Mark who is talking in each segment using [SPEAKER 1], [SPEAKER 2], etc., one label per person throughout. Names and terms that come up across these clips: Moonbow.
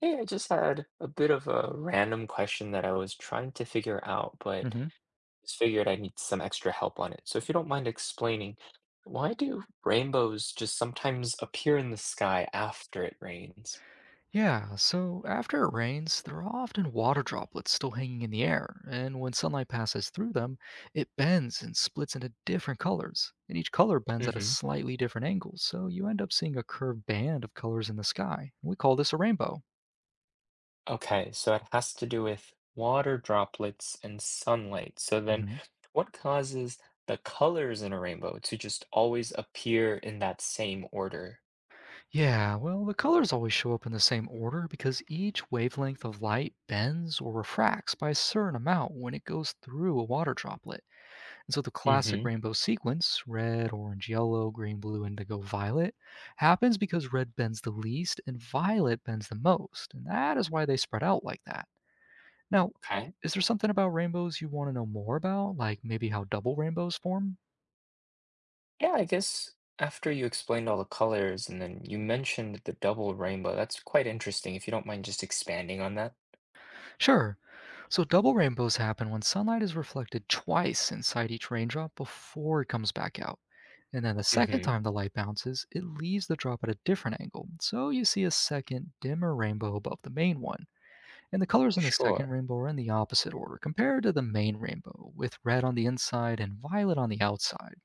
[SPEAKER 1] Hey, I just had a bit of a random question that I was trying to figure out, but
[SPEAKER 2] Hmm.
[SPEAKER 1] just figured I need some extra help on it. So if you don't mind explaining, why do rainbows just sometimes appear in the sky after it rains?
[SPEAKER 2] Yeah, so after it rains, there are often water droplets still hanging in the air, and when sunlight passes through them, it bends and splits into different colors. And each color bends at a
[SPEAKER 1] hmm
[SPEAKER 2] slightly different angle, so you end up seeing a curved band of colors in the sky. We call this a rainbow.
[SPEAKER 1] Okay, so it has to do with water droplets and sunlight. So then
[SPEAKER 2] Hmm.
[SPEAKER 1] what causes the colors in a rainbow to just always appear in that same order?
[SPEAKER 2] Yeah, well, the colors always show up in the same order because each wavelength of light bends or refracts by a certain amount when it goes through a water droplet. And so the classic
[SPEAKER 1] hmm
[SPEAKER 2] rainbow sequence, red, orange, yellow, green, blue, indigo, violet, happens because red bends the least and violet bends the most. And that is why they spread out like that. Now,
[SPEAKER 1] Okay.
[SPEAKER 2] is there something about rainbows you want to know more about, like maybe how double rainbows form?
[SPEAKER 1] Yeah, I guess after you explained all the colors and then you mentioned the double rainbow, that's quite interesting. If you don't mind just expanding on that.
[SPEAKER 2] Sure. So, double rainbows happen when sunlight is reflected twice inside each raindrop before it comes back out. And then the second
[SPEAKER 1] hmm
[SPEAKER 2] time the light bounces, it leaves the drop at a different angle. So you see a second dimmer rainbow above the main one. And the colors in the second
[SPEAKER 1] Sure.
[SPEAKER 2] rainbow are in the opposite order compared to the main rainbow, with red on the inside and violet on the outside.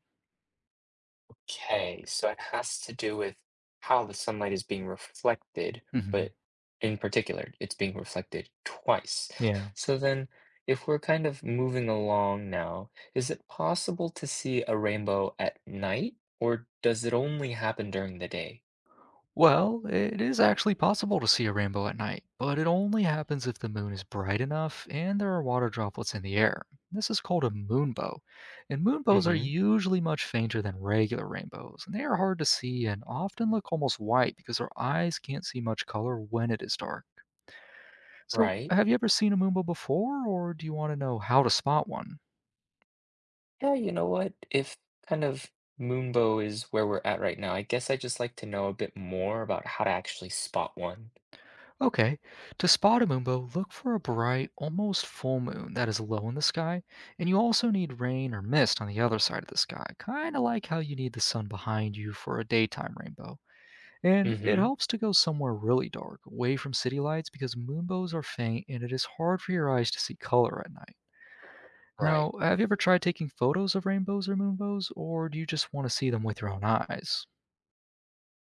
[SPEAKER 1] Okay, so it has to do with how the sunlight is being reflected, but
[SPEAKER 2] Hmm.
[SPEAKER 1] in particular, it's being reflected twice.
[SPEAKER 2] Yeah.
[SPEAKER 1] So then, if we're kind of moving along now, is it possible to see a rainbow at night, or does it only happen during the day?
[SPEAKER 2] Well, it is actually possible to see a rainbow at night, but it only happens if the moon is bright enough and there are water droplets in the air. This is called a moonbow, and moonbows are
[SPEAKER 1] hmm
[SPEAKER 2] usually much fainter than regular rainbows, and they are hard to see and often look almost white because our eyes can't see much color when it is dark. So,
[SPEAKER 1] Right?
[SPEAKER 2] have you ever seen a moonbow before, or do you want to know how to spot one?
[SPEAKER 1] Yeah, you know what? If kind of Moonbow is where we're at right now, I guess I just like to know a bit more about how to actually spot one.
[SPEAKER 2] Okay, to spot a moonbow, look for a bright, almost full moon that is low in the sky, and you also need rain or mist on the other side of the sky, kind of like how you need the sun behind you for a daytime rainbow. And it
[SPEAKER 1] hmm
[SPEAKER 2] helps to go somewhere really dark, away from city lights, because moonbows are faint and it is hard for your eyes to see color at night.
[SPEAKER 1] Right.
[SPEAKER 2] Now, have you ever tried taking photos of rainbows or moonbows, or do you just want to see them with your own eyes?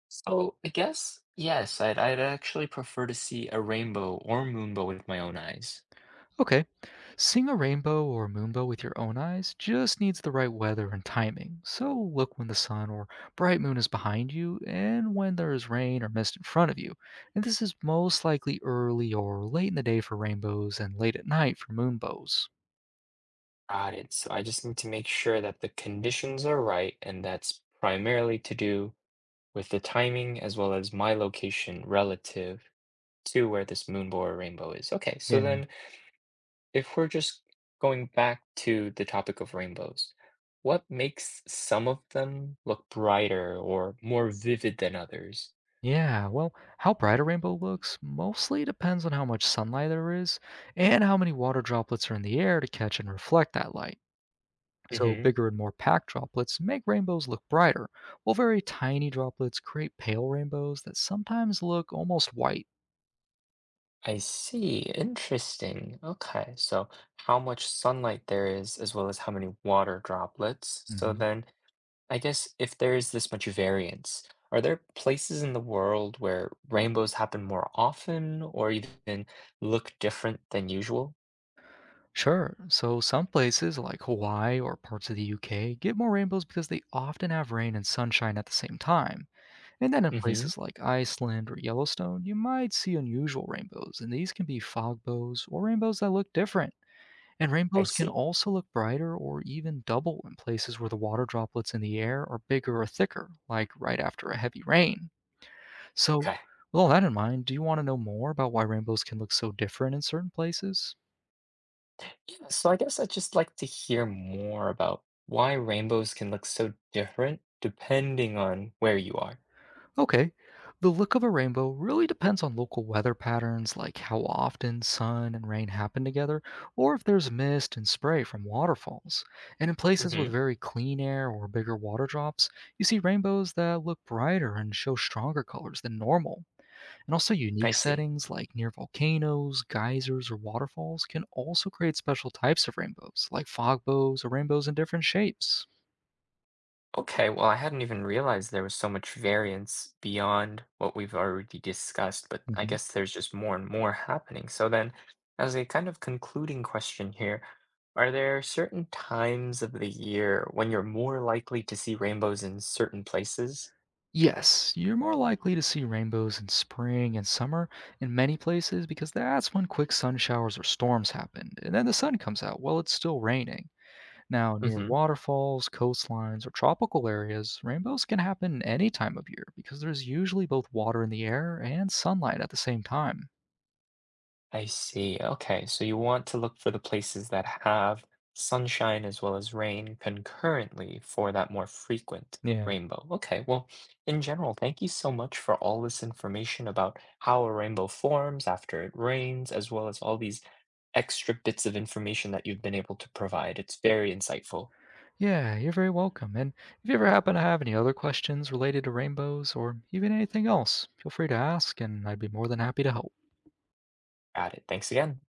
[SPEAKER 1] So I guess, yes, I'd actually prefer to see a rainbow or moonbow with my own eyes.
[SPEAKER 2] Okay. Seeing a rainbow or moonbow with your own eyes just needs the right weather and timing. So look when the sun or bright moon is behind you and when there is rain or mist in front of you. And this is most likely early or late in the day for rainbows and late at night for moonbows.
[SPEAKER 1] Got it. So I just need to make sure that the conditions are right, and that's primarily to do with the timing as well as my location relative to where this moonbow or rainbow is. Okay, so
[SPEAKER 2] Yeah.
[SPEAKER 1] then if we're just going back to the topic of rainbows, what makes some of them look brighter or more vivid than others?
[SPEAKER 2] Yeah, well, how bright a rainbow looks mostly depends on how much sunlight there is and how many water droplets are in the air to catch and reflect that light. So,
[SPEAKER 1] hmm
[SPEAKER 2] bigger and more packed droplets make rainbows look brighter, while very tiny droplets create pale rainbows that sometimes look almost white.
[SPEAKER 1] I see. Interesting. Okay. So, how much sunlight there is, as well as how many water droplets. So,
[SPEAKER 2] Hmm.
[SPEAKER 1] then I guess if there is this much variance, are there places in the world where rainbows happen more often or even look different than usual?
[SPEAKER 2] Sure, so some places like Hawaii or parts of the UK get more rainbows because they often have rain and sunshine at the same time. And then in
[SPEAKER 1] hmm
[SPEAKER 2] places like Iceland or Yellowstone, you might see unusual rainbows, and these can be fog bows or rainbows that look different. And
[SPEAKER 1] I
[SPEAKER 2] rainbows can
[SPEAKER 1] see.
[SPEAKER 2] also look brighter or even double in places where the water droplets in the air are bigger or thicker, like right after a heavy rain. So,
[SPEAKER 1] Okay.
[SPEAKER 2] with all that in mind, do you want to know more about why rainbows can look so different in certain places?
[SPEAKER 1] Yeah, so I guess I'd just like to hear more about why rainbows can look so different depending on where you are.
[SPEAKER 2] Okay, the look of a rainbow really depends on local weather patterns, like how often sun and rain happen together, or if there's mist and spray from waterfalls. And in places with
[SPEAKER 1] hmm
[SPEAKER 2] very clean air or bigger water drops, you see rainbows that look brighter and show stronger colors than normal. And also,
[SPEAKER 1] I
[SPEAKER 2] unique
[SPEAKER 1] see.
[SPEAKER 2] settings like near volcanoes, geysers, or waterfalls can also create special types of rainbows, like fog bows or rainbows in different shapes.
[SPEAKER 1] Okay, well, I hadn't even realized there was so much variance beyond what we've already discussed, but I
[SPEAKER 2] Hmm.
[SPEAKER 1] guess there's just more and more happening. So then, as a kind of concluding question here, are there certain times of the year when you're more likely to see rainbows in certain places?
[SPEAKER 2] Yes, you're more likely to see rainbows in spring and summer in many places because that's when quick sun showers or storms happen, and then the sun comes out while it's still raining. Now, near waterfalls, coastlines, or tropical areas, rainbows can happen any time of year because there's usually both water in the air and sunlight at the same time.
[SPEAKER 1] I see. Okay, so you want to look for the places that have sunshine as well as rain concurrently for that more frequent
[SPEAKER 2] Yeah.
[SPEAKER 1] rainbow. Okay, well, in general, thank you so much for all this information about how a rainbow forms after it rains, as well as all these extra bits of information that you've been able to provide. It's very insightful
[SPEAKER 2] Yeah, you're very welcome. And if you ever happen to have any other questions related to rainbows or even anything else, feel free to ask, and I'd be more than happy to help.
[SPEAKER 1] at it. Thanks again.